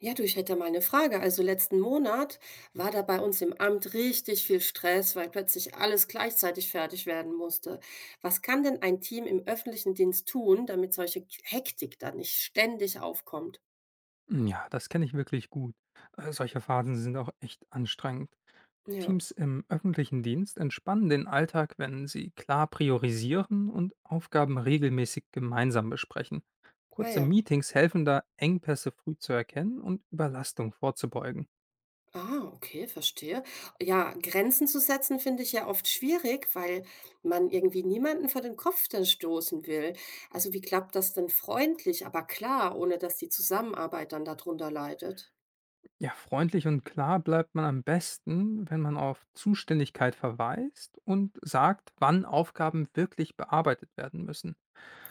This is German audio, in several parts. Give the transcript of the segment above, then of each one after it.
Ja, du, ich hätte mal eine Frage. Also, letzten Monat war da bei uns im Amt richtig viel Stress, weil plötzlich alles gleichzeitig fertig werden musste. Was kann denn ein Team im öffentlichen Dienst tun, damit solche Hektik dann nicht ständig aufkommt? Hm, ja, das kenne ich wirklich gut. Solche Phasen sind auch echt anstrengend. Ja. Teams im öffentlichen Dienst entspannen den Alltag, wenn sie klar priorisieren und Aufgaben regelmäßig gemeinsam besprechen. Ah Kurze ja. Meetings helfen da, Engpässe früh zu erkennen und Überlastung vorzubeugen. Ah, okay, verstehe. Ja, Grenzen zu setzen finde ich ja oft schwierig, weil man irgendwie niemanden vor den Kopf dann stoßen will. Also, wie klappt das denn freundlich, aber klar, ohne dass die Zusammenarbeit dann darunter leidet? Ja, freundlich und klar bleibt man am besten, wenn man auf Zuständigkeit verweist und sagt, wann Aufgaben wirklich bearbeitet werden müssen.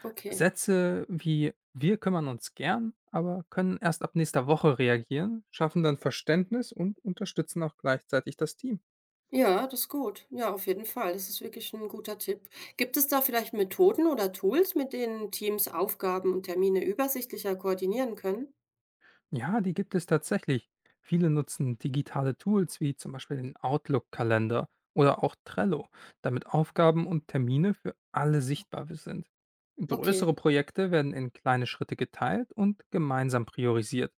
Okay. Sätze wie „Wir kümmern uns gern“, aber können erst ab nächster Woche reagieren, schaffen dann Verständnis und unterstützen auch gleichzeitig das Team. Ja, das ist gut. Ja, auf jeden Fall. Das ist wirklich ein guter Tipp. Gibt es da vielleicht Methoden oder Tools, mit denen Teams Aufgaben und Termine übersichtlicher koordinieren können? Ja, die gibt es tatsächlich. Viele nutzen digitale Tools wie zum Beispiel den Outlook-Kalender oder auch Trello, damit Aufgaben und Termine für alle sichtbar sind. Okay. Größere Projekte werden in kleine Schritte geteilt und gemeinsam priorisiert.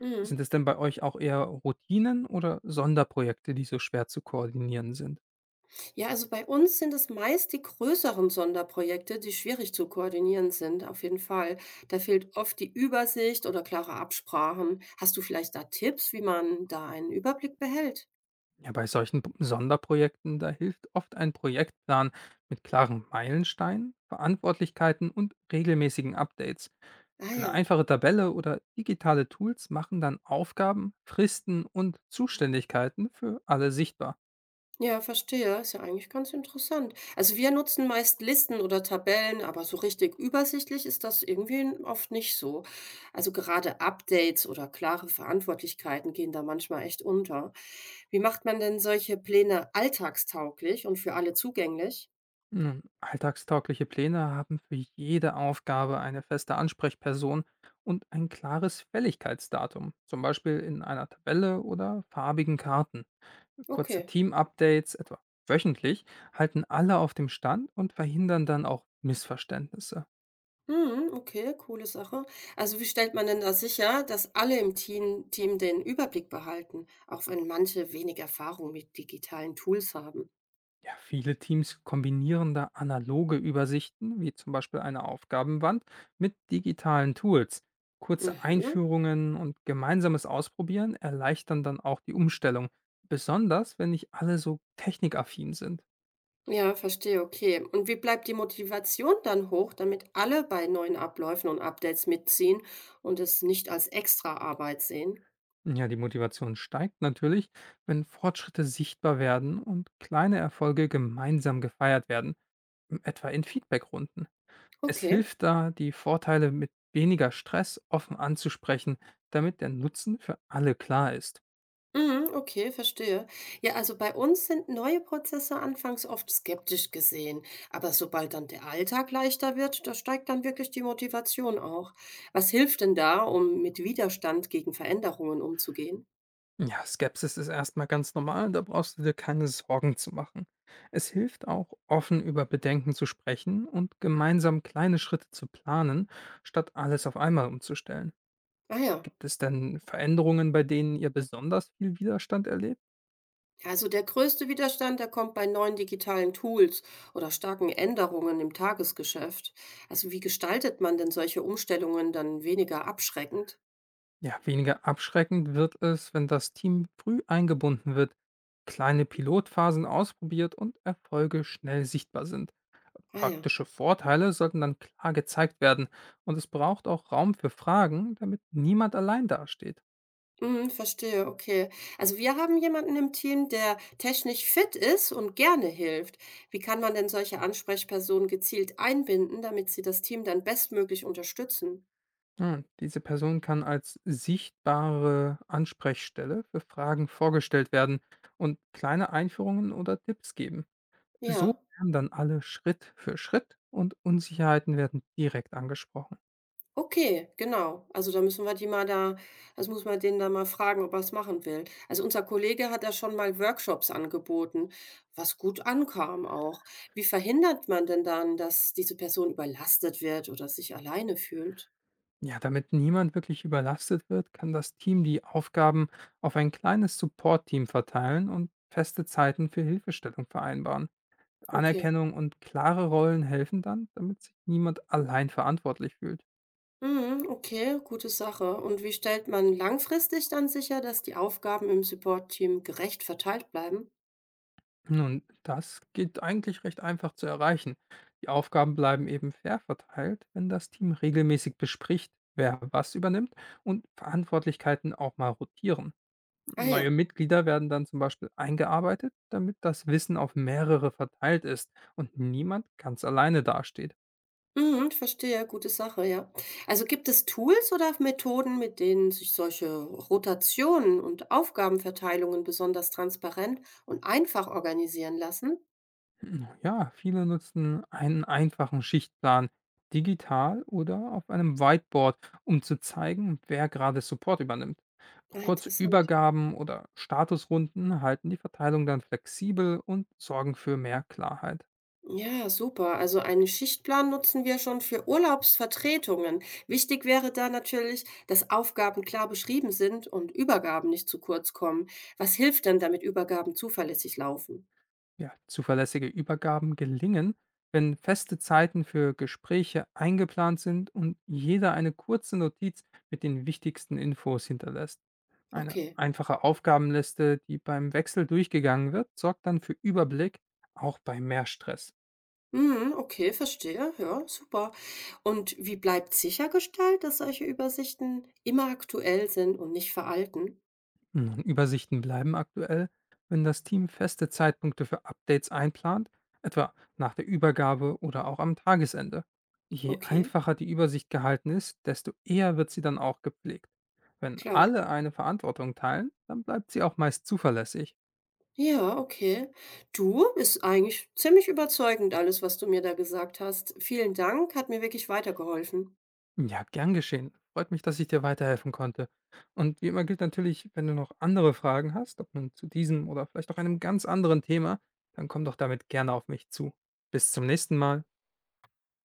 Mhm. Sind es denn bei euch auch eher Routinen oder Sonderprojekte, die so schwer zu koordinieren sind? Ja, also bei uns sind es meist die größeren Sonderprojekte, die schwierig zu koordinieren sind, auf jeden Fall. Da fehlt oft die Übersicht oder klare Absprachen. Hast du vielleicht da Tipps, wie man da einen Überblick behält? Ja, bei solchen Sonderprojekten, da hilft oft ein Projektplan mit klaren Meilensteinen, Verantwortlichkeiten und regelmäßigen Updates. Ah Eine ja. einfache Tabelle oder digitale Tools machen dann Aufgaben, Fristen und Zuständigkeiten für alle sichtbar. Ja, verstehe. Ist ja eigentlich ganz interessant. Also wir nutzen meist Listen oder Tabellen, aber so richtig übersichtlich ist das irgendwie oft nicht so. Also gerade Updates oder klare Verantwortlichkeiten gehen da manchmal echt unter. Wie macht man denn solche Pläne alltagstauglich und für alle zugänglich? Nun, alltagstaugliche Pläne haben für jede Aufgabe eine feste Ansprechperson und ein klares Fälligkeitsdatum, zum Beispiel in einer Tabelle oder farbigen Karten. Kurze Okay. Team-Updates, etwa wöchentlich, halten alle auf dem Stand und verhindern dann auch Missverständnisse. Mhm, okay, coole Sache. Also wie stellt man denn da sicher, dass alle im Team den Überblick behalten, auch wenn manche wenig Erfahrung mit digitalen Tools haben? Ja, viele Teams kombinieren da analoge Übersichten, wie zum Beispiel eine Aufgabenwand, mit digitalen Tools. Kurze Mhm. Einführungen und gemeinsames Ausprobieren erleichtern dann auch die Umstellung, besonders wenn nicht alle so technikaffin sind. Ja, verstehe, okay. Und wie bleibt die Motivation dann hoch, damit alle bei neuen Abläufen und Updates mitziehen und es nicht als Extraarbeit sehen? Ja, die Motivation steigt natürlich, wenn Fortschritte sichtbar werden und kleine Erfolge gemeinsam gefeiert werden. Hm, etwa in Feedbackrunden. Es Okay. hilft da, die Vorteile mit weniger Stress offen anzusprechen, damit der Nutzen für alle klar ist. Mhm, okay, verstehe. Ja, also bei uns sind neue Prozesse anfangs oft skeptisch gesehen, aber sobald dann der Alltag leichter wird, da steigt dann wirklich die Motivation auch. Was hilft denn da, um mit Widerstand gegen Veränderungen umzugehen? Ja, Skepsis ist erstmal ganz normal, da brauchst du dir keine Sorgen zu machen. Es hilft auch, offen über Bedenken zu sprechen und gemeinsam kleine Schritte zu planen, statt alles auf einmal umzustellen. Ah ja. Gibt es denn Veränderungen, bei denen ihr besonders viel Widerstand erlebt? Also der größte Widerstand, der kommt bei neuen digitalen Tools oder starken Änderungen im Tagesgeschäft. Also wie gestaltet man denn solche Umstellungen dann weniger abschreckend? Ja, weniger abschreckend wird es, wenn das Team früh eingebunden wird, kleine Pilotphasen ausprobiert und Erfolge schnell sichtbar sind. Ah ja. Praktische Vorteile sollten dann klar gezeigt werden und es braucht auch Raum für Fragen, damit niemand allein dasteht. Mhm, verstehe, okay. Also wir haben jemanden im Team, der technisch fit ist und gerne hilft. Wie kann man denn solche Ansprechpersonen gezielt einbinden, damit sie das Team dann bestmöglich unterstützen? Hm, diese Person kann als sichtbare Ansprechstelle für Fragen vorgestellt werden und kleine Einführungen oder Tipps geben. So Ja. lernen dann alle Schritt für Schritt und Unsicherheiten werden direkt angesprochen. Okay, genau. Also, da müssen wir die mal da das muss man den da mal fragen, ob er's machen will. Also, unser Kollege hat da schon mal Workshops angeboten, was gut ankam auch. Wie verhindert man denn dann, dass diese Person überlastet wird oder sich alleine fühlt? Ja, damit niemand wirklich überlastet wird, kann das Team die Aufgaben auf ein kleines Support-Team verteilen und feste Zeiten für Hilfestellung vereinbaren. Okay. Anerkennung und klare Rollen helfen dann, damit sich niemand allein verantwortlich fühlt. Mhm, okay, gute Sache. Und wie stellt man langfristig dann sicher, dass die Aufgaben im Support-Team gerecht verteilt bleiben? Nun, das geht eigentlich recht einfach zu erreichen. Die Aufgaben bleiben eben fair verteilt, wenn das Team regelmäßig bespricht, wer was übernimmt und Verantwortlichkeiten auch mal rotieren. Ah Neue ja. Mitglieder werden dann zum Beispiel eingearbeitet, damit das Wissen auf mehrere verteilt ist und niemand ganz alleine dasteht. Mhm, verstehe, gute Sache, ja. Also gibt es Tools oder Methoden, mit denen sich solche Rotationen und Aufgabenverteilungen besonders transparent und einfach organisieren lassen? Hm, ja, viele nutzen einen einfachen Schichtplan, digital oder auf einem Whiteboard, um zu zeigen, wer gerade Support übernimmt. Ah, Kurze interessant. Übergaben oder Statusrunden halten die Verteilung dann flexibel und sorgen für mehr Klarheit. Ja, super. Also einen Schichtplan nutzen wir schon für Urlaubsvertretungen. Wichtig wäre da natürlich, dass Aufgaben klar beschrieben sind und Übergaben nicht zu kurz kommen. Was hilft denn, damit Übergaben zuverlässig laufen? Ja, zuverlässige Übergaben gelingen, wenn feste Zeiten für Gespräche eingeplant sind und jeder eine kurze Notiz mit den wichtigsten Infos hinterlässt. Eine Okay. einfache Aufgabenliste, die beim Wechsel durchgegangen wird, sorgt dann für Überblick, auch bei mehr Stress. Mhm, okay, verstehe. Ja, super. Und wie bleibt sichergestellt, dass solche Übersichten immer aktuell sind und nicht veralten? Nun, Übersichten bleiben aktuell, wenn das Team feste Zeitpunkte für Updates einplant, etwa nach der Übergabe oder auch am Tagesende. Je Okay, einfacher die Übersicht gehalten ist, desto eher wird sie dann auch gepflegt. Wenn klar. alle eine Verantwortung teilen, dann bleibt sie auch meist zuverlässig. Ja, okay. Du, ist eigentlich ziemlich überzeugend alles, was du mir da gesagt hast. Vielen Dank, hat mir wirklich weitergeholfen. Ja, gern geschehen. Freut mich, dass ich dir weiterhelfen konnte. Und wie immer gilt natürlich, wenn du noch andere Fragen hast, ob nun zu diesem oder vielleicht auch einem ganz anderen Thema, dann komm doch damit gerne auf mich zu. Bis zum nächsten Mal.